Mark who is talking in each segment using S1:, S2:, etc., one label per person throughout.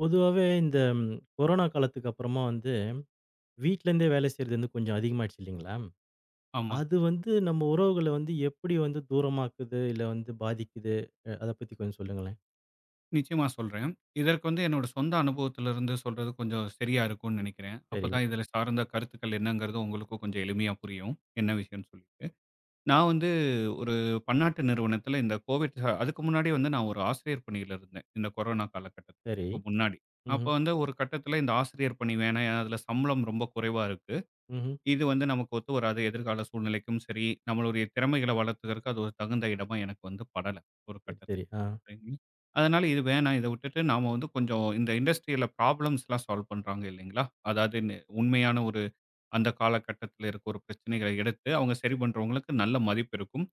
S1: பொதுவாவே இந்த ம், கொரோனா காலத்துக்கு அப்புறமா வந்து வீட்லேருந்தே வேலை செய்றது வந்து கொஞ்சம் அதிகமாயிடுச்சு இல்லைங்களா?
S2: ஆமாங்க.
S1: அது வந்து நம்ம உறவுகள வந்து எப்படி வந்து தூரமாக்குது? இல்ல வந்து பாதிக்குது? அத பத்தி கொஞ்சம் சொல்லுங்களேன்.
S2: நிச்சயமா சொல்றேன். இதற்கு வந்து என்னோட சொந்த அனுபவத்திலிருந்து சொல்றது கொஞ்சம் சரியா இருக்கும்னு நினைக்கிறேன்.
S1: சரி,
S2: அப்பதான் இதில சார்ந்த கருத்துக்கள் என்னங்கிறது உங்களுக்கும் கொஞ்சம் எளிமையா புரியும். என்ன விஷயம்னு சொல்லிட்டு. நான் வந்து ஒரு பன்னாட்டு நிறுவனத்தில இந்த கோவிட் ச அதுக்கு முன்னாடி வந்து நான் ஒரு ஆசிரியர் பணியில இருந்தேன். இந்த கொரோனா
S1: சரி.
S2: காலகட்டத்துக்கு முன்னாடி. அப்ப
S1: ம்ஹ்ம்.
S2: வந்து ஒரு கட்டத்தில இந்த ஆசிரியர் பணி வேணாம். ஏன்னா அதில சம்பளம் ரொம்ப குறைவா இருக்கு.
S1: ம்ஹ்ம்.
S2: இது வந்து நமக்கு ஒத்து வராது. எதிர்கால சூழ்நிலைக்கும் சரி, நம்மளுடைய திறமைகளை வளர்த்துக்கிறதுக்கு அது ஒரு தகுந்த இடமா எனக்கு வந்து படல ஒரு
S1: சரி,
S2: கட்டத்தில.
S1: சரி. ஆ.
S2: சரிங்க. அதனால இது வேணாம். இத விட்டுட்டு நாம வந்து கொஞ்சம் இந்த இண்டஸ்ட்ரியல ப்ராப்ளம்ஸ்லாம் சால்வ் பண்றாங்க இல்லைங்களா? அதாவது உண்மையான ஒரு அந்த காலகட்டத்தில இருக்க ஒரு பிரச்சனைகள எடுத்து, அவங்க சரி பண்றவங்களுக்கு நல்ல மதிப்பு இருக்கும்.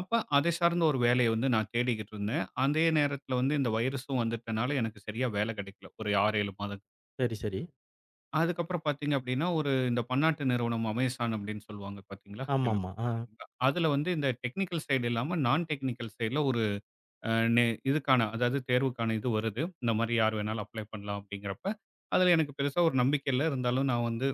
S2: அப்ப அதை சார்ந்த ஒரு வேலைய வந்து நான் தேடிக்கிட்டு இருந்தேன். அதே நேரத்தில வந்து இந்த வைரஸும் வந்துட்டனால எனக்கு சரியா வேலை கிடைக்கல. ஒரு 6, 7 மாதம்.
S1: சரி, சரி.
S2: அதுக்கப்புறம் பார்த்தீங்க அப்படின்னா, ஒரு இந்த பன்னாட்டு நிறுவனம் அமேசான் அப்படின்னு சொல்லுவாங்க பார்த்தீங்களா?
S1: ஆமாமா. ஆ.
S2: கேள்விப்பட்டிருக்கீங்களா? அதுல வந்து இந்த டெக்னிக்கல் சைடு இல்லாம நான் டெக்னிக்கல் சைடுல ஒரு அ நே இதுக்கான அதாவது தேர்வுக்கான இது வருது. இந்த மாரி யார் வேணாலும் அப்ளை பண்ணலாம் அப்படிங்கிறப்ப, அதில எனக்கு பெருசா ஒரு நம்பிக்கை இல்ல. இருந்தாலும் நான் வந்து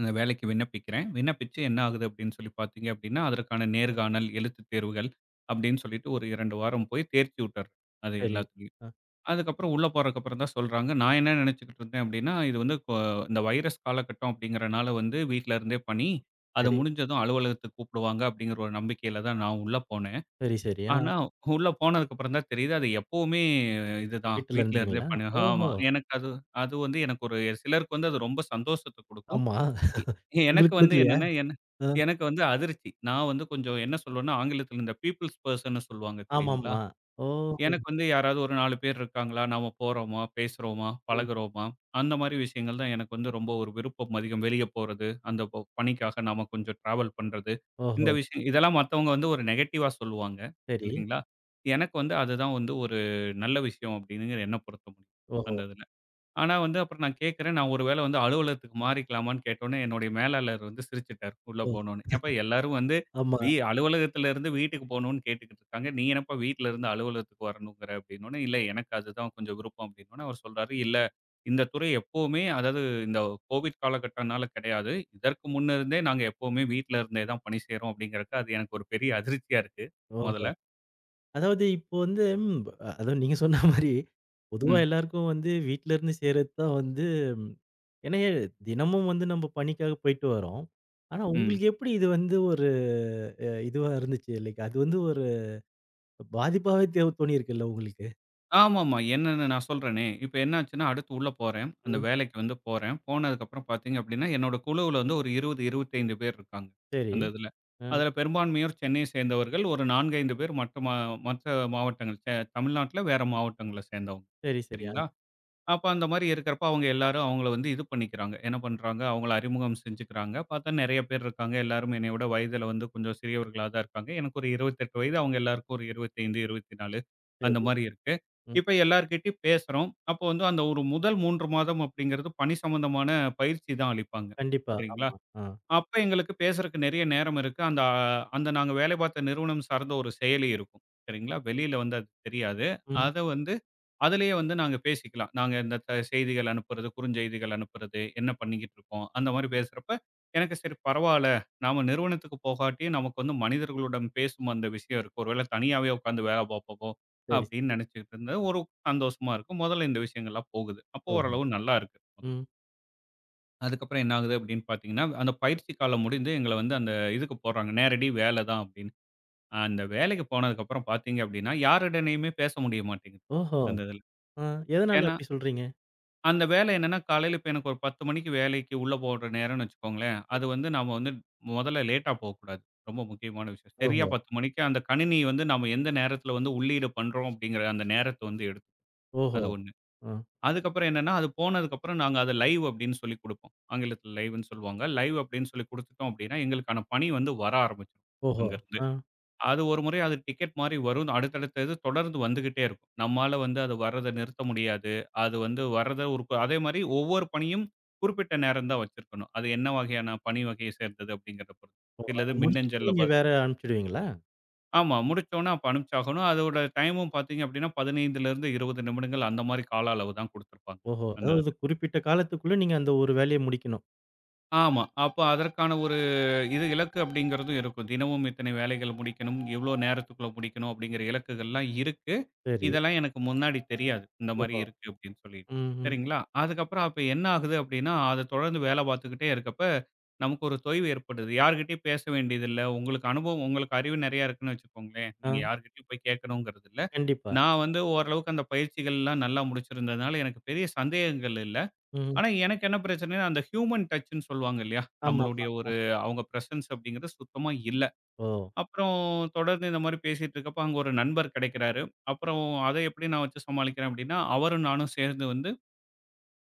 S2: அந்த வேலைக்கு விண்ணப்பிக்கிறேன். விண்ணப்பிச்சு என்ன ஆகுது அப்படின்னு சொல்லி பார்த்தீங்க அப்படின்னா, அதற்கான நேர்காணல், எழுத்துத் தேர்வுகள் அப்படின்னு சொல்லிட்டு ஒரு 2 வாரம் போய் தேர்ச்சி விட்டுர்றேன். அது
S1: சரி.
S2: எல்லாத்துலயும்.
S1: ஆ.
S2: அதுக்கப்புறம் உள்ள போறதுக்கப்புறம் தான் சொல்றாங்க. நான் என்ன நினைச்சுக்கிட்டு இருந்தேன் அப்படின்னா, இது வந்து இந்த வைரஸ் காலகட்டம் அப்படிங்கிறனால வந்து வீட்ல இருந்தே பணி, அது
S1: சரி.
S2: முடிஞ்சதும் அலுவலகத்துக்கு கூப்பிடுவாங்க அப்படிங்கிற ஒரு நம்பிக்கையில தான் நான் உள்ள போனேன்.
S1: சரி, சரி. ஆ.
S2: ஆனா, உள்ள போனதுக்கு அப்புறம் தான் தெரியுது. அது எப்பவுமே இதுதான்.
S1: வீட்ல
S2: வீட்ல இருந்தே
S1: இருந்துட்டீங்களா?
S2: பண்ணு ஆமா.
S1: ஓஹோ!
S2: எனக்கு அது அது வந்து எனக்கு ஒரு சிலருக்கு வந்து அது ரொம்ப சந்தோஷத்த குடுக்கும்.
S1: ஆமா.
S2: எ எனக்கு
S1: உங்களுக்கு
S2: வந்து
S1: குடுக்கலையா?
S2: என்னன்னா, என்ன
S1: ஆ.
S2: எனக்கு வந்து அதிர்ச்சி. நான் வந்து கொஞ்சம் என்ன சொல்லுவேன்னா, ஆங்கிலத்தில இந்த பீப்பிள்ஸ் பெர்சன்னு சொல்லுவாங்க தெரியுங்களா?
S1: ஆமாமா. ஓ!
S2: எனக்கு வந்து யாராவது ஒரு 4 பேர் இருக்காங்களா? நாம போறோமா, பேசுறோமா,
S1: ம்.
S2: பழகுறோமா? அந்த மாரி விஷயங்கள் தான் எனக்கு வந்து ரொம்ப ஒரு விருப்பம் அதிகம். வெளிய போறது, அந்த பணிக்காக நாம கொஞ்சம் டிராவல் பண்றது. இந்த
S1: ஓஹோ!
S2: விஷயம் இதெல்லாம் மத்தவங்க வந்து ஒரு நெகட்டிவா சொல்லுவாங்க,
S1: சரி.
S2: இல்லைங்களா? எனக்கு வந்து அதுதான் வந்து ஒரு நல்ல விஷயம் அப்படிங்கிற என்ன பொறுத்த முடியும்,
S1: ஓஹோ!
S2: அந்த இதுல. ஆனா வந்து அப்புறம் நான் கேட்கிறேன், நான் ஒரு வேள வந்து அலுவலகத்துக்கு மாறிக்கலாமான்னு கேட்டோனே, என்னுடைய மேலாளர் வந்து சிரிச்சுட்டாரு, உள்ள
S1: ஓ!
S2: போனோனே. "ஏப்பா எல்லாரும் வந்து
S1: ஆமா.
S2: அலுவலகத்துல இருந்து வீட்டுக்கு போணும்னு கேட்டுக்கிட்டு இருக்காங்க. நீ என்னப்பா வீட்ல இருந்து அலுவலகத்துக்கு வரணுங்கிற?" அப்படின்னோனே, "இல்ல எனக்கு அதுதான் கொஞ்சம் விருப்பம்" அப்படின்னோனே, அவர் சொல்றாரு, "இல்ல இந்த துறை எப்பவுமே அதாவது இந்த கோவிட் காலகட்டம்னால கிடையாது. இதற்கு முன்ன இருந்தே நாங்க எப்பவுமே வீட்ல இருந்தே தான் பணி செய்றோம்" அப்படிங்கிறப்ப, அது எனக்கு ஒரு பெரிய அதிர்ச்சியா இருக்கு,
S1: ஓஹோ!
S2: முதல்ல.
S1: அதாவது இப்போ வந்து ம், அதான் நீங்க சொன்ன மாரி, பொதுவா
S2: ம்,
S1: எல்லாருக்கும் வந்து வீட்ல இருந்து செய்றது தான் வந்து ம், ஏன்னா தினமும் வந்து நம்ம பணிக்காக போயிட்டு வரோம். ஆனா
S2: ம்.
S1: உங்களுக்கு எப்படி இது வந்து ஒரு இதுவா இருந்துச்சு? லைக் அது வந்து ஒரு பாதிப்பாவே தோணியிருக்குல்ல உங்களுக்கு?
S2: ஆமாமா. என்னன்னு நான் சொல்றேனே. இப்ப என்னாச்சுன்னா, அடுத்து உள்ள போறேன். அந்த
S1: ம்.
S2: வேலைக்கு வந்து போறேன். போனதுக்கப்புறம் பார்த்தீங்க அப்படின்னா, என்னோட குழுவுல வந்து ஒரு 20, 25 பேர் இருக்காங்க,
S1: சரி.
S2: அந்த இதுல.
S1: அ
S2: அதுல பெரும்பான்மையோர் சென்னையை சேர்ந்தவர்கள். ஒரு 4, 5 பேர் மற்ற மாவட்டங்கள். தமிழ்நாட்டுல வேற மாவட்டங்கள சேர்ந்தவங்க.
S1: சரி, சரி.
S2: சரிங்களா? அப்ப அந்த மாரி இருக்கிறப்ப அவங்க எல்லாரும் அவங்கள வந்து இது பண்ணிக்கிறாங்க. என்ன பண்றாங்க, அவங்கள அறிமுகம் செஞ்சுக்கிறாங்க. பார்த்தா நெறைய பேர் இருக்காங்க. எல்லாரும் என்னைய விட வயதில வந்து கொஞ்சம் சிறியவர்களா தான் இருக்காங்க. எனக்கு ஒரு 28 வயது. அவங்க எல்லாருக்கும் ஒரு 25, 24 அந்த
S1: சரி.
S2: மாரி இருக்கு.
S1: ம்.
S2: இப்ப எல்லார்கிட்டயும் பேசுறோம். அப்போ வந்து அந்த ஒரு முதல் 3 மாதம் அப்படிங்கிறது பணி சம்பந்தமான பயிற்சி தான் அளிப்பாங்க.
S1: கண்டிப்பா.
S2: சரிங்களா?
S1: ஆமா. ஆ.
S2: அப்ப எங்களுக்கு பேசுறக்கு நெறைய நேரம் இருக்கு. அந்த நாங்க வேலை பார்த்த நிறுவனம் சார்ந்த ஒரு செயலி இருக்கும். சரிங்களா? வெளியில வந்து அது தெரியாது.
S1: ம்.
S2: அத வந்து அதிலேயே வந்து நாங்க பேசிக்கலாம். நாங்க இந்த செய்திகள் அனுப்புறது, குறுஞ்செய்திகள் அனுப்புறது, என்ன பண்ணிக்கிட்டு இருக்கோம்? அந்த மாரி பேசுறப்ப, எனக்கு சரி பரவால்ல. நாம நிறுவனத்துக்கு போகாட்டியும் நமக்கு வந்து மனிதர்களுடன் பேசும் அந்த விஷயம் இருக்கு. ஒருவேள தனியாவே உட்காந்து வேலை பார்ப்போமோ!
S1: சரி,
S2: அப்படின்னு
S1: சரி.
S2: நினைச்சுக்கிட்டு இருந்தது. ஒரு சந்தோஷமா இருக்கு. முதல்ல இந்த விஷயங்கள்லாம் போகுது. அப்போ
S1: ஓஹோ!
S2: ஓரளவு நல்லா இருக்கு. முதல்ல.
S1: ம்.
S2: அதுக்கப்புறம் என்ன ஆகுது அப்படின்னு பார்த்தீங்கன்னா, அந்த பயிற்சி காலம் முடிந்து எங்கள வந்து அந்த இதுக்கு போடுறாங்க. நேரடி வேலை தான் அப்படின்னு. அந்த வேலைக்கு போனதுக்கப்புறம் பார்த்தீங்க அப்படின்னா, யாருடனயுமே பேச முடிய மாட்டேங்குது.
S1: ஓஹோ!
S2: அந்த இதுல.
S1: ஆ. எதனால
S2: ஏன்னா,
S1: அப்படி சொல்றீங்க?
S2: அந்த வேலை என்னன்னா, காலையில இப்ப எனக்கு ஒரு 10 மணிக்கு வேலைக்கு உள்ள போடுற நேரம்னு வச்சுக்கோங்களேன். அது வந்து நாம வந்து முதல்ல லேட்டா போகக்கூடாது. ரொம்ப முக்கியமான விஷயம். சரியா
S1: ஓஹோ!
S2: 10 மணிக்கு அந்த கணினி வந்து நாம எந்த நேரத்தில வந்து உள்ளீடு பண்றோம் அப்படிங்கிற அந்த நேரத்த வந்து எடுக்கும்.
S1: ஓஹோ!
S2: அது ஒண்ணு.
S1: ஆ.
S2: அதுக்கப்புறம் என்னன்னா, அது போனதுக்கப்புறம் நாங்க அத லைவ் அப்படின்னு சொல்லி குடுப்போம். ஆங்கிலத்தில லைவ்ன்னு சொல்லுவாங்க. லைவ் அப்படின்னு சொல்லி குடுத்துட்டோம் அப்படின்னா, எங்களுக்கான பணி வந்து வர ஆரம்பிச்சுரும்
S1: ஓஹோ!
S2: அங்கருந்து.
S1: ஆ.
S2: அது ஒரு முறை அது டிக்கெட் மாரி வரும். அடுத்தடுத்த இது தொடர்ந்து வந்துகிட்டே இருக்கும். நம்மால வந்து அது வர்றத நிறுத்த முடியாது. அது வந்து வர்றத ஒரு கு- அதே மாரி ஒவ்வொரு பணியும் குறிப்பிட்ட நேரம் தான் வச்சிருக்கணும். அது என்ன வகையான பணி வகையை சேர்ந்தது அப்படிங்கிறத பொறுத்து.
S1: ஓ! அத
S2: சிலது
S1: முடிச்சுட்டு
S2: மின்னஞ்சல்ல பா
S1: நீங்க வேற அனுப்பிச்சுடுவீங்களா?
S2: ஆமா. முடிச்சோனா அப்ப அனுப்பிச்சாகணும். அதோட டைமும் பார்த்தீங்க அப்படின்னா, 15லிருந்து 20 நிமிடங்கள் அந்த மாரி கால அளவு தான் குடுத்துருப்பாங்க.
S1: ஓஹோ!
S2: அந்த
S1: அதாவது குறிப்பிட்ட காலத்துக்குள்ள நீங்க அந்த ஒரு வேலைய முடிக்கணும்.
S2: ஆமா. அப்ப அதற்கான ஒரு இது இலக்கு அப்படிங்கிறதும் இருக்கும். தினமும் இத்தனை வேலைகள் முடிக்கணும், இவ்ளோ நேரத்துக்குள்ள முடிக்கணும் அப்படிங்கிற இலக்குகள்லாம் இருக்கு.
S1: சரி.
S2: இதெல்லாம் எனக்கு முன்னாடி தெரியாது. இந்த மாரி
S1: ஓஹோ!
S2: இருக்கு அப்படின்னு சொல்லிட்டு.
S1: ம்ஹ்ம்.
S2: சரிங்களா? அதுக்கப்புறம் அப்ப என்ன ஆகுது அப்படின்னா, அத தொடர்ந்து வேலை பார்த்துக்கிட்டே இருக்கப்ப, நமக்கு ஒரு தொய்வு ஏற்படுது. யார்கிட்டயும் பேச வேண்டியதில்ல. உங்களுக்கு அனுபவம் உங்களுக்கு அறிவு நெறையா இருக்குன்னு வச்சுக்கோங்களேன்.
S1: ஆ.
S2: நீங்க யார்கிட்டயும் போய் கேட்கணுங்கிறது இல்ல.
S1: கண்டிப்பா.
S2: நான் வந்து ஓரளவுக்கு அந்த பயிற்சிகள்லாம் நல்லா முடிச்சிருந்ததுனால, எனக்கு பெரிய சந்தேகங்கள் இல்ல.
S1: ம்.
S2: ஆனா, எனக்கு என்ன பிரச்சனைன்னா, அந்த ஹியூமன் டச்சுன்னு சொல்லுவாங்க இல்லையா? நம்மளுடைய
S1: ஆமாமா.
S2: ஒரு
S1: ஆமா.
S2: அவங்க பிரசன்ஸ் அப்படிங்கிறது சுத்தமா இல்ல.
S1: ஓ!
S2: அப்புறம் தொடர்ந்து இந்த மாரி பேசிட்டு இருக்கப்ப, அங்க ஒரு நண்பர் கிடைக்கிறாரு. அப்புறம் அத எப்படி நான் வச்சு சமாளிக்கிறேன் அப்படின்னா, அவரும் நானும் சேர்ந்து வந்து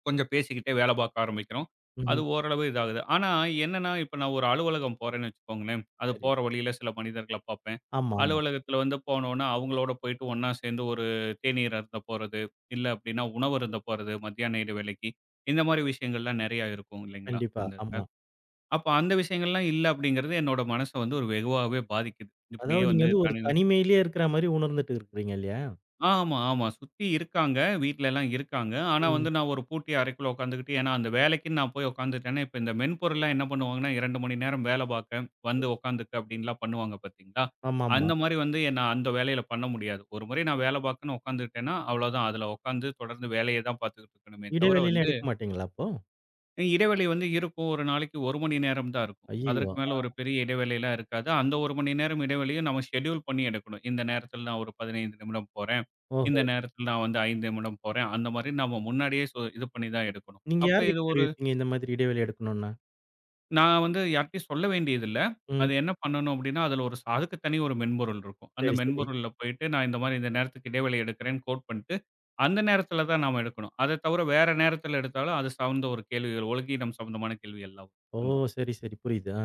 S2: கொஞ்சம் பேசிக்கிட்டே வேலை பார்க்க ஆரம்பிக்கிறோம். அது
S1: ம்ஹ்ம்.
S2: ஓரளவு இதாகுது. ஆனா என்னன்னா, இப்ப நான் ஒரு அலுவலகம் போறேன்னு வச்சுக்கோங்களேன், அது
S1: சரி.
S2: போற வழியில சில மனிதர்கள பார்ப்பேன்.
S1: ஆமாமா.
S2: அலுவலகத்தில வந்து போனோனா, அவங்களோட போயிட்டு ஒண்ணா சேர்ந்து ஒரு தேநீர் அருந்த போறது, இல்ல அப்படின்னா உணவு அருந்த போறது, மத்தியான நேர வேலைக்கு. இந்த மாரி விஷயங்கள்லாம் நெறையா இருக்கும் இல்லைங்களா?
S1: கண்டிப்பா.
S2: இந்த இதுல.
S1: ஆமா.
S2: அப்ப அந்த விஷயங்கள்லாம் இல்ல அப்படிங்கிறது என்னோட மனச வந்து ஒரு வெகுவாவே பாதிக்குது. இப்படியே
S1: அதாவது நீங்க
S2: வந்து
S1: வந்து ஒரு
S2: தனி
S1: தனிமையிலேயே இருக்கிற மாரி உணர்ந்துட்டு இருக்கிறீங்க இல்லையா?
S2: ஆமா, ஆமா. சுத்தி இருக்காங்க. வீட்லலாம் இருக்காங்க. ஆனா
S1: ம்.
S2: வந்து நான் ஒரு பூட்டிய அறைக்குள்ள உட்காந்துக்கிட்டு ஏன்னா, அந்த வேலைக்குன்னு நான் போய் உட்காந்துட்டேன்னா, இப்ப இந்த மென்பொருள்லாம் என்ன பண்ணுவாங்கன்னா, 2 மணி நேரம் வேலை பார்க்க, வந்து உட்காந்துக்க அப்படின்லாம் பண்ணுவாங்க பார்த்தீங்களா?
S1: ஆமாமா.
S2: அந்த மாரி வந்து என்ன அந்த வேலையில பண்ண முடியாது. ஒரு முறை நான் வேலை பார்க்கன்னு உட்காந்துக்கிட்டேன்னா, அவ்வளோதான். அதுல உட்காந்து தொடர்ந்து வேலைய தான் பார்த்துக்கிட்டு இருக்கணுமே தவிர
S1: இடைவெளிலாம்
S2: வந்து
S1: எடுக்க மாட்டீங்களா அப்போ?
S2: இடைவெளி வந்து இருக்கும். ஒரு நாளைக்கு 1 மணி நேரம் தான் இருக்கும். அதற்கு
S1: ஐய்யயோ!
S2: மேல ஒரு பெரிய இடைவெளிலாம் இருக்காது. அந்த 1 மணி நேரம் இடைவெளியும் நம்ம ஷெட்யூல் பண்ணி எடுக்கணும். இந்த நேரத்தில நான் ஒரு 15 நிமிடம் போறேன். இந்த
S1: ஓஹோ!
S2: நேரத்தில நான் வந்து 5 நிமிடம் போறேன். அந்த மாரி நம்ம முன்னாடியே இது பண்ணி தான் எடுக்கணும்.
S1: நீங்க
S2: அப்ப இது
S1: யார்கிட்ட
S2: ஒரு
S1: தெரிவிப்பீங்க இந்த மாதிரி இடைவெளி எடுக்கணும்னா?
S2: நான் வந்து யார்ட்டயும் சொல்ல வேண்டியதில்ல.
S1: ம்.
S2: அது என்ன பண்ணணும் அப்டின்னா, அதில ஒரு அதுக்கு தனி ஒரு மென்பொருள் இருக்கும். அந்த
S1: சரி, சரி.
S2: மென்பொருள்ல போயிட்டு நான் இந்த மாரி இந்த நேரத்துக்கு இடைவெளி எடுக்கிறேன்னு கோட் பண்ணிட்டு, அந்த நேரத்தில தான் நாம எடுக்கணும். அத தவிர வேற நேரத்தில எடுத்தாலும் அது சார்ந்த ஒரு கேள்விகள், ஒழுங்கீனம் சம்மந்தமான கேள்விகள்லாம்
S1: ஓ!
S2: வரும்.
S1: சரி, சரி. புரியுது. ஆ.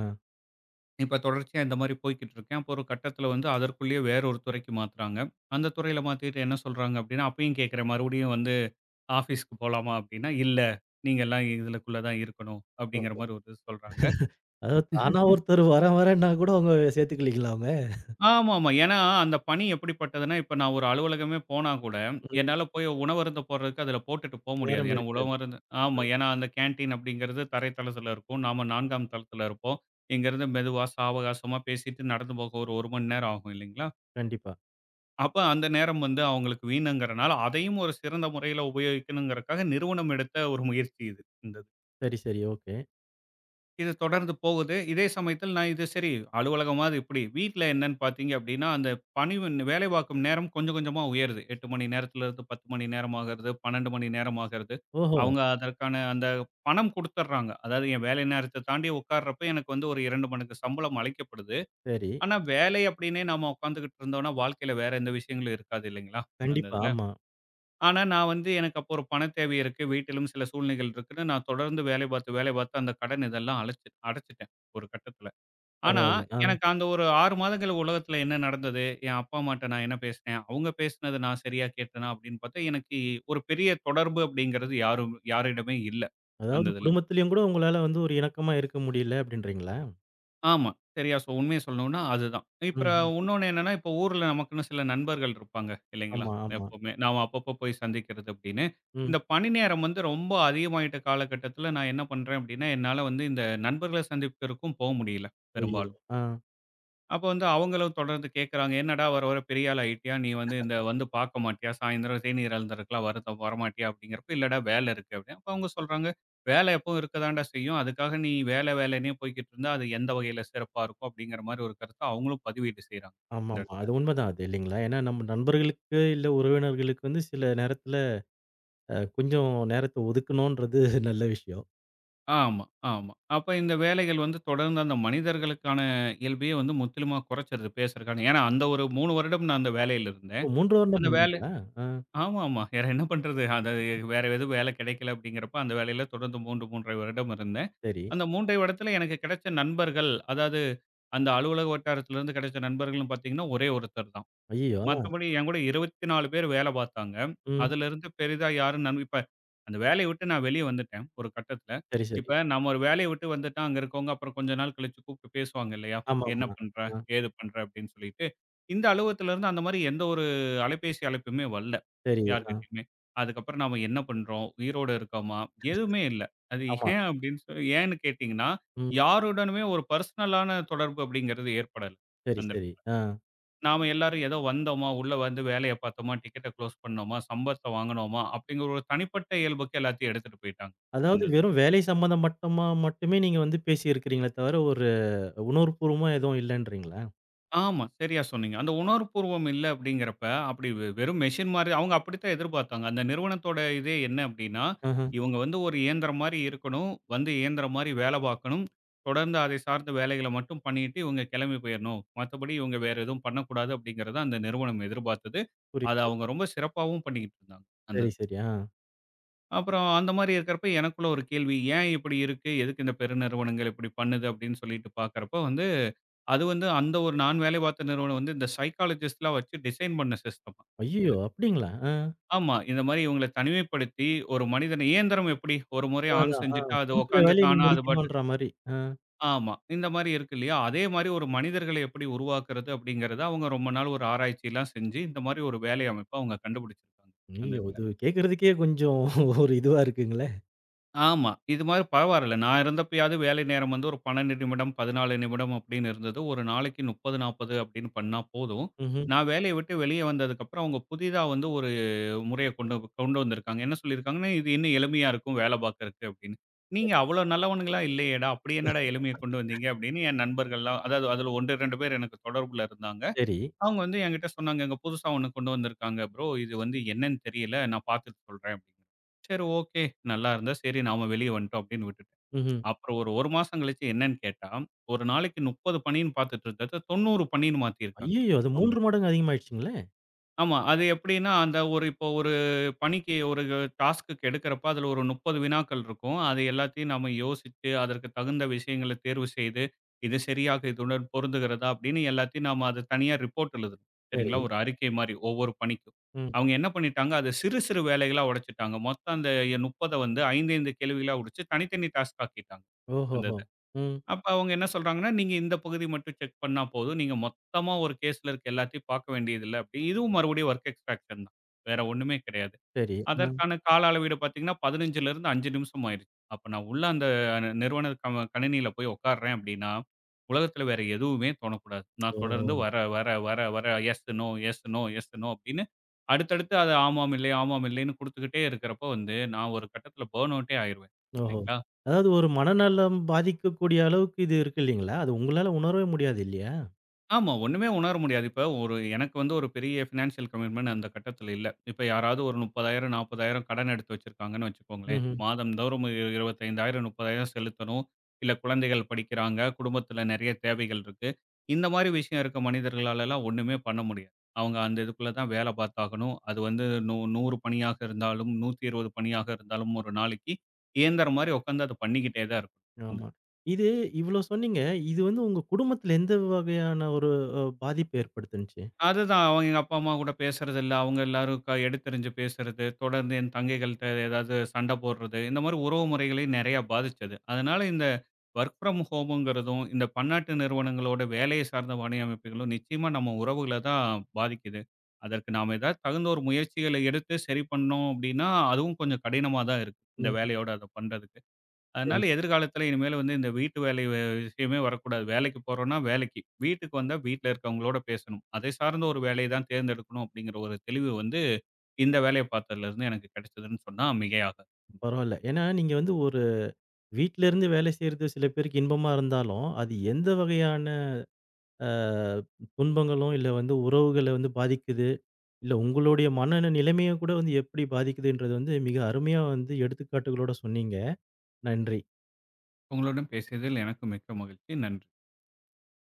S2: இப்ப தொடர்ச்சியா இந்த மாரி போய்க்கிட்டு இருக்கேன். அப்போ ஒரு கட்டத்தில வந்து அதற்குள்ளேயே வேற ஒரு துறைக்கு மாத்துறாங்க. அந்த துறையில மாத்திட்டு என்ன சொல்றாங்க அப்டின்னா, அப்பயும் கேட்கிறேன் மறுபடியும் வந்து ஆஃபீஸ்க்கு போலாமா அப்டின்னா, "இல்ல. நீங்கலாம் இதுலக்குள்ள தான் இருக்கணும்." அப்டிங்கிற
S1: ஓஹோ!
S2: மாரி ஒரு இது சொல்றாங்க.
S1: அதாவது தானா ஒருத்தர் வரேன் வரேன்னா கூட அவங்க சேர்த்துக்கலீங்களா அவங்க?
S2: ஆமாமா. ஏன்னா அந்த பணி எப்படிப்பட்டதுன்னா, இப்ப நான் ஒரு அலுவலகமே போனா கூட,
S1: ம்.
S2: என்னால போய் உணவருந்த போடுறதுக்கு அதில போட்டுட்டு போ முடியாது.
S1: நேரம்
S2: ஏன்னா
S1: இருக்காது.
S2: உணவருந்து ஆமா. ஏன்னா அந்த கேன்டீன் அப்படிங்கிறது தரை தளத்தில இருக்கும். நாம 4ஆம் தளத்தில இருப்போம். இங்கேருந்து மெதுவா, சாவகாசமா பேசிட்டு நடந்து போக ஒரு 1 மணி நேரம் ஆகும் இல்லைங்களா?
S1: கண்டிப்பா.
S2: அப்ப அந்த நேரம் வந்து அவங்களுக்கு வீணங்கிறனால, அதையும் ஒரு சிறந்த முறையில உபயோகிக்கணுங்கிறக்காக நிறுவனம் எடுத்த ஒரு முயற்சி இது. இந்த இது.
S1: சரி, சரி. ஓகே.
S2: இது தொடர்ந்து போகுது. இதே சமயத்தில் நான் இது சரி அலுவலகமாவது இப்படி, வீட்ல என்னன்னு பார்த்தீங்க அப்படின்னா, அந்த பணி வந்து- வேலை பார்க்கும் நேரம் கொஞ்சம் கொஞ்சமா உயருது. 8 மணி நேரத்திலிருந்து 10 மணி நேரம் ஆகிறது, 12 மணி நேரம் ஆகிறது.
S1: ஓஹோ!
S2: அவங்க அதற்கான அந்த பணம் குடுத்துடுறாங்க. அதாவது என் வேலை நேரத்த தாண்டி உட்கார்றப்ப எனக்கு வந்து ஒரு 2 மடங்கு சம்பளம் அளிக்கப்படுது.
S1: சரி.
S2: ஆனா வேலை அப்படின்னே நாம உட்கார்ந்துகிட்டு இருந்தோம்னா, வாழ்க்கையில வேற எந்த விஷயங்களும் இருக்காது இல்லைங்களா? அந்த
S1: கண்டிப்பா.
S2: இதுல.
S1: ஆமா.
S2: ஆனா, நான் வந்து எனக்கு அப்போ ஒரு பண தேவை இருக்கு. வீட்டிலும் சில சூழ்நிலைகள் இருக்குன்னு நான் தொடர்ந்து வேலை பார்த்து, வேலை பார்த்து அந்த கடன் இதெல்லாம் அழைச்சு அடைச்சுட்டேன் ஒரு கட்டத்தில. ஆனா,
S1: பரவால்ல. ஆ.
S2: எனக்கு அந்த ஒரு 6 மாதங்கள் உலகத்தில என்ன நடந்தது? என் அப்பா அம்மாட்ட நான் என்ன பேசினேன்? அவங்க பேசினது நான் சரியா கேட்டேனா? அப்படின்னு பார்த்தா, எனக்கு ஒரு பெரிய தொடர்பு அப்படிங்கிறது யாரும் யாரிடமே இல்ல அந்த
S1: அதாவது
S2: இதில.
S1: குடும்பத்திலயும் கூட உங்களால வந்து ஒரு இணக்கமா இருக்க முடியல அப்படின்றீங்களா?
S2: ஆமா. சரியா உண்மைய சொல்லணும்னா அதுதான். இப்ப
S1: ம்ஹ்ம்.
S2: உன்னொன்னு என்னன்னா, இப்ப ஊர்ல நமக்குன்னு சில நண்பர்கள் இருப்பாங்க இல்லைங்களா?
S1: ஆமா, ஆமா.
S2: எப்பவுமே நாம அப்பப்ப போய் சந்திக்கிறது அப்படின்னு.
S1: ம்.
S2: இந்த பணி நேரம் வந்து ரொம்ப அதிகமாயிட்ட காலகட்டத்தில நான் என்ன பண்றேன் அப்படின்னா, என்னால வந்து இந்த நண்பர்கள சந்திப்பதற்கும் போ முடியல
S1: ஐயோ!
S2: பெரும்பாலும்.
S1: ஆ.
S2: அப்போ வந்து அவங்களும் தொடர்ந்து கேட்குறாங்க. "என்னடா வர வர பெரிய ஆள் ஆயிட்டியா? நீ வந்து இந்த வந்து பார்க்க மாட்டியா? சாயந்தரம் தேநீர் அருந்தறதுக்குலாம் வரத வரமாட்டியா?" அப்படீங்கிறப்ப, "இல்லடா வேலை இருக்கு." அப்படீன்னு. அப்ப அவங்க சொல்றாங்க, "வேலை எப்பவும் இருக்க தான்டா செய்யும். அதுக்காக நீ வேலை வேலைன்னே போய்க்கிட்டு இருந்தா, அது எந்த வகையில சிறப்பா இருக்கும்?" அப்படீங்கிற மாரி ஒரு கருத்த அவங்களும் பதிவீடு செய்றாங்க இந்த
S1: ஆமாமா.
S2: இடத்துல.
S1: அது உண்மதான் அது இல்லைங்களா? ஏன்னா நம்ம நண்பர்களுக்கு இல்ல உறவினர்களுக்கு வந்து சில நேரத்துல கொஞ்சம் நேரத்த ஒதுக்கணுன்றது நல்ல விஷயம்.
S2: ஆமா, ஆமா. அப்ப இந்த வேலைகள் வந்து தொடர்ந்து அந்த மனிதர்களுக்கான இயல்பையே வந்து முற்றிலுமா குறைச்சிருது பேசுறதுக்கான. ஏன்னா, அந்த ஒரு 3 வருடம் நான் அந்த வேலையில இருந்தேன்.
S1: ஓ! 3 வருடம்
S2: அந்த வேலை
S1: பண்ணீங்களா? ஆ.
S2: ஆமாமா. வேற என்ன பண்றது? அது வேற எதுவும் வேலை கிடைக்கல அப்படிங்கிறப்ப, அந்த வேலையில தொடர்ந்து 3, 3 1/2 வருடம் இருந்தேன்.
S1: சரி.
S2: அந்த 3 1/2 வருடத்துல எனக்கு கிடைச்ச நண்பர்கள், அதாவது அந்த அலுவலக வட்டாரத்திலிருந்து கிடைச்ச நண்பர்கள்னு பார்த்தீங்கன்னா, ஒரே ஒருத்தர் தான்.
S1: ஐயய்யோ!
S2: மத்தபடி என் கூட 24 பேர் வேலை பார்த்தாங்க.
S1: ம்.
S2: அதிலிருந்து பெரிதா யாரும் இப்ப அந்த வேலைய விட்டு நான் வெளிய வந்துட்டேன், ஒரு கட்டத்துல.
S1: சரி, சரி.
S2: இப்ப நம்ம ஒரு வேலைய விட்டு வந்துட்டா, அங்க இருக்கவங்க அப்புறம் கொஞ்ச நாள் கழிச்சு கூப்பிட்டு பேசுவாங்க இல்லையா? "என்ன
S1: ஆமாமா.
S2: பண்ற?
S1: ஆ.
S2: ஏது பண்ற?" அப்படின்னு சொல்லிட்டு. இந்த அலுவலகத்திலிருந்து அந்த மாரி எந்த ஒரு அலைபேசி அழைப்புமே வரல.
S1: சரி. ஆ.
S2: யார்கிட்டயுமே. அதுக்கப்புறம் நாம என்ன பண்றோம்? உயிரோட இருக்கோமா? எதுவுமே இல்ல. அது
S1: ஆமா.
S2: ஏன் அப்படின்னு சொல் ஏன்னு கேட்டீங்கன்னா,
S1: ம்.
S2: யாருடனுமே ஒரு பெர்சனலான தொடர்பு அப்படிங்கிறது ஏற்படல.
S1: சரி,
S2: அந்த
S1: சரி.
S2: இடத்துல.
S1: ஆ.
S2: நாம எல்லாரும் ஏதோ வந்தோமா, உள்ள வந்து வேலைய பார்த்தோமா, டிக்கெட்ட குளோஸ் பண்ணோமா, சம்பளத்த வாங்குனோமா அப்படிங்கிற ஒரு தனிப்பட்ட இயல்புக்கு எல்லாத்தையும் எடுத்துட்டு போயிட்டாங்க.
S1: அதாவது
S2: அந்த
S1: வெறும் வேலை சம்மந்தம் மட்டுமே நீங்க வந்து பேசியிருக்கிறீங்களே தவிர, ஒரு உணர்வுபூர்வமா எதுவும் இல்லன்றீங்களா?
S2: ஆமா. சரியா சொன்னீங்க. அந்த உணர்வுபூர்வம் இல்ல அப்படிங்கிறப்ப, அப்படி வெறும் மெஷின் மாரி அவங்க அப்படித்தான் எதிர்பார்த்தாங்க. அந்த நிறுவனத்தோட இதே என்ன அப்படின்னா,
S1: ஆஹ.
S2: இவங்க வந்து ஒரு இயந்திரம் மாரி இருக்கணும். வந்து இயந்திரம் மாரி வேலை பார்க்கணும். தொடர்ந்து அதை சார்ந்த வேலைகள மட்டும் பண்ணிட்டு இவங்க கிளம்பி போயிரணும். மத்தபடி இவங்க வேற எதுவும் பண்ணக்கூடாது அப்படிங்கிறத அந்த நிறுவனம் எதிர்பார்த்தது. அத
S1: புரியுது.
S2: அவங்க ரொம்ப சிறப்பாவும் பண்ணிக்கிட்டு இருந்தாங்க. அந்த
S1: சரி,
S2: இது.
S1: சரி. ஆ.
S2: அப்புறம் அந்த மாரி இருக்கிறப்ப எனக்குள்ள ஒரு கேள்வி. ஏன் இப்படி இருக்கு? எதுக்கு இந்த பெருநிறுவனங்கள் இப்படி பண்ணுது அப்படின்னு சொல்லிட்டு பார்க்கிறப்ப வந்து அது வந்து அந்த ஒரு நான் வேலை பார்த்த நிறுவனம் வந்து இந்த சைக்காலஜிஸ்ட்லாம் வச்சு டிசைன் பண்ண சிஸ்டம் இது.
S1: ஐய்யயோ! அப்படிங்களா? ஆ.
S2: ஆமா. இந்த மாரி இவங்கள தனிமைப்படுத்தி ஒரு மனிதன இயந்திரம் எப்படி ஒரு முறை
S1: அதான்,
S2: ஆன்
S1: அதான்.
S2: செஞ்சுட்டா
S1: ஆ.
S2: அது
S1: குடுக்குற
S2: உட்காந்து
S1: வேலைய நீ
S2: தானா அது பாட்டு
S1: முடிக்கணும்ன்ற மாரி. ஆ.
S2: ஆமா. இந்த மாரி இருக்கு இல்லையா? அதே மாரி ஒரு மனிதர்கள எப்படி உருவாக்குறது அப்படிங்கிறத அவங்க ரொம்ப நாள் ஒரு ஆராய்ச்சிலாம் செஞ்சு இந்த மாரி ஒரு வேலை அமைப்ப அவங்க கண்டுபிடிச்சிருக்காங்க. அந்த
S1: ஐய்யயோ!
S2: இதுல.
S1: இது கேட்கறதுக்கே கொஞ்சம் ஒரு இதுவா இருக்குங்களே.
S2: ஆமா. இது மாரி பரவால்ல. நான் இருந்தப்பயாவது வேலை நேரம் வந்து ஒரு 12 நிமிடம், 14 நிமிடம் அப்படின்னு இருந்தது. ஒரு நாளைக்கு 30, 40 அப்படின்னு பண்ணா போதும்.
S1: ம்ஹ்ம்.
S2: நான் வேலைய விட்டு வெளிய வந்ததுக்கப்புறம், அவங்க புதிதா வந்து ஒரு கொண்டு வந்திருக்காங்க. என்ன சொல்லியிருக்காங்கன்னா, "இது இன்னும் எளிமையா இருக்கும் வேலை பார்க்கறக்கு" அப்படின்னு. "நீங்க அவ்வளோ நல்லவனுங்களா இல்லையேடா! அப்படி என்னடா எளிமைய கொண்டு வந்தீங்க?" அப்படின்னு என் நண்பர்கள்லாம் அதாவது அதில 1, 2 பேர் எனக்கு தொடர்புல இருந்தாங்க.
S1: சரி.
S2: அவங்க வந்து என்கிட்ட சொன்னாங்க, "இங்க புதுசா ஒண்ணு கொண்டு வந்திருக்காங்க ப்ரோ. இது வந்து என்னன்னு தெரியல. நான் பார்த்துட்டு சொல்றேன்" அப்படின்னு. சரி ஓகே. நல்லா இருந்தா சரி நாம வெளிய வந்துட்டோம் அப்படின்னு விட்டுட்டேன்.
S1: ம்ஹ்ம்.
S2: அப்புறம் ஒரு 1 மாசம் கழிச்சு என்னன்னு கேட்டா, ஒரு நாளைக்கு 30 பணின்னு பார்த்துட்டு இருந்தத 90 பணின்னு மாத்தியிருக்காங்க
S1: ஐய்யயோ! அது
S2: அவங்க.
S1: 3 மடங்கு அதிகமாயிடுச்சுங்களே!
S2: ஆமா. அது எப்படின்னா, அந்த ஒரு இப்போ ஒரு பணிக்கு ஒரு டாஸ்க்குக்கு எடுக்கிறப்ப அதில ஒரு 30 வினாக்கள் இருக்கும். அது எல்லாத்தையும் நம்ம யோசிச்சு, அதற்கு தகுந்த விஷயங்கள தேர்வு செய்து, இது சரியாக இதுடன் பொருந்துகிறதா அப்படின்னு எல்லாத்தையும் நாம அது தனியா ரிப்போர்ட் எழுதணும். சரிங்களா?
S1: சரி.
S2: ஒரு அறிக்கை மாரி ஒவ்வொரு பணிக்கும்.
S1: ம்.
S2: அவங்க என்ன பண்ணிட்டாங்க, அத சிறு சிறு வேலைகளா உடைச்சுட்டாங்க. மொத்தம் அந்த 30 வந்து 5, 5 கேள்விகளா உடைச்சு தனித்தனி டாஸ்க் ஆக்கிட்டாங்க. அந்த
S1: ஓஹோஹோ!
S2: இத.
S1: ம்.
S2: அப்ப அவங்க என்ன சொல்றாங்கன்னா, "நீங்க இந்த பகுதி மட்டும் செக் பண்ணா போதும். நீங்க மொத்தமா ஒரு கேஸ்ல இருக்க எல்லாத்தையும் பார்க்க வேண்டியதில்ல" அப்படி. இதுவும் மறுபடியும் வொர்க் எக்ஸ்ட்ராக்ஷன் தான். வேற ஒண்ணுமே கிடையாது.
S1: சரி. ஆ.
S2: அதற்கான கால அளவீடு பார்த்தீங்கன்னா, 15லருந்து 5 நிமிஷம் ஆயிருச்சு. அப்ப நான் உள்ள அந்த நிறுவன கணினியில போய் உட்கார்றேன் அப்படின்னா, உலகத்துல வேற எதுவுமே தோணக்கூடாது. நான்
S1: ஓ!
S2: தொடர்ந்து வர, வர, வர, வர yes, no, yes, no, yes, no அப்படின்னு அடுத்தடுத்து அது ஆமாம், இல்லை, ஆமாம், இல்லைன்னு குடுத்துக்கிட்டே இருக்கிறப்போ வந்து, நான் ஒரு கட்டத்துல பர்ன் அவுட்டே ஆயிருவேன்.
S1: ஓஹோ!
S2: இல்லைங்களா?
S1: அதாவது ஒரு மனநலம் பாதிக்கக்கூடிய அளவுக்கு இது இருக்கு இல்லீங்களா? அது உங்களால உணரவே முடியாது இல்லையா?
S2: ஆமா. ஒண்ணுமே உணர முடியாது. இப்ப ஒரு எனக்கு வந்து ஒரு பெரிய ஃபினான்ஷியல் கமிட்மென்ட் அந்த கட்டத்துல இல்ல. இப்ப யாராவது ஒரு 30,000 40,000 கடன் எடுத்து வச்சிருக்காங்கன்னு வச்சுக்கோங்களேன்.
S1: ம்ஹ்ம்.
S2: மாதம்தோறும் 25,000 30,000 செலுத்தணும். இல்ல குழந்தைகள் படிக்கிறாங்க. குடும்பத்துல நெறைய தேவைகள் இருக்கு. இந்த மாரி விஷயம் இருக்க மனிதர்களாலலாம் ஒண்ணுமே பண்ண முடியாது. அவங்க அந்த இதுக்குள்ள தான் வேல பார்த்தாகணும். அது வந்து 100 பணியாக இருந்தாலும், 120 பணியாக இருந்தாலும் ஒரு நாளைக்கு இயந்திரம் மாரி உட்காந்து அத பண்ணிக்கிட்டே தான் இருக்கணும். அந்த
S1: ஆமா. இது இவ்ளோ சொன்னீங்க. இது வந்து உங்க குடும்பத்துல எந்த வகையான ஒரு பாதிப்பு ஏற்படுத்துனுச்சு?
S2: அதுதான். அவங்க எங்க அப்பா, அம்மா கூட பேசுறதில்ல. அவங்க எல்லாரும் க எடுத்தெறிஞ்சு பேசுறது, தொடர்ந்து என் தங்கைகள்ட்ட ஏதாவது சண்டை போடுறது, இந்த மாரி உறவு முறைகளையும் நெறையா பாதிச்சது. அதனால இந்த ஒர்க் ஃப்ரம் ஹோம்ங்கிறதும், இந்த பன்னாட்டு நிறுவனங்களோட வேலையை சார்ந்த பணியமைப்புகளும் நிச்சயமா நம்ம உறவுகள தான் பாதிக்குது. அதற்கு நாம ஏதாவது தகுந்த ஒரு முயற்சிகளை எடுத்து சரி பண்ணோம் அப்படின்னா, அதுவும் கொஞ்சம் கடினமா தான் இருக்கு. இந்த
S1: ம்ஹ்ம்.
S2: வேலையோட அத பண்றதுக்கு.
S1: சரி,
S2: அதனால
S1: சரி.
S2: எதிர்காலத்துல இனிமேல் வந்து இந்த வீட்டு வேலை வே விஷயமே வரக்கூடாது. வேலைக்கு போறோம்னா வேலைக்கு, வீட்டுக்கு வந்தா வீட்ல இருக்கவங்களோட பேசணும். அதை சார்ந்த ஒரு வேலைய தான் தேர்ந்தெடுக்கணும் அப்படிங்கிற ஒரு தெளிவு வந்து இந்த வேலைய பார்த்ததுலருந்து எனக்கு கிடைச்சதுன்னு சொன்னா மிகையாகாது.
S1: பரவால்ல. ஏன்னா நீங்க வந்து ஒரு வீட்ல இருந்து வேலை செய்றது சில பேருக்கு இன்பமா இருந்தாலும், அது எந்த வகையான அ துன்பங்களும், இல்ல வந்து உறவுகள வந்து பாதிக்குது, இல்ல உங்களுடைய மன நிலைமைய கூட வந்து எப்படி பாதிக்குதுன்றது வந்து மிக அருமையா வந்து எடுத்துக்காட்டுகளோட சொன்னீங்க. நன்றி.
S2: உங்களுடன் பேசியதில் எனக்கு மிக்க மகிழ்ச்சி. நன்றி.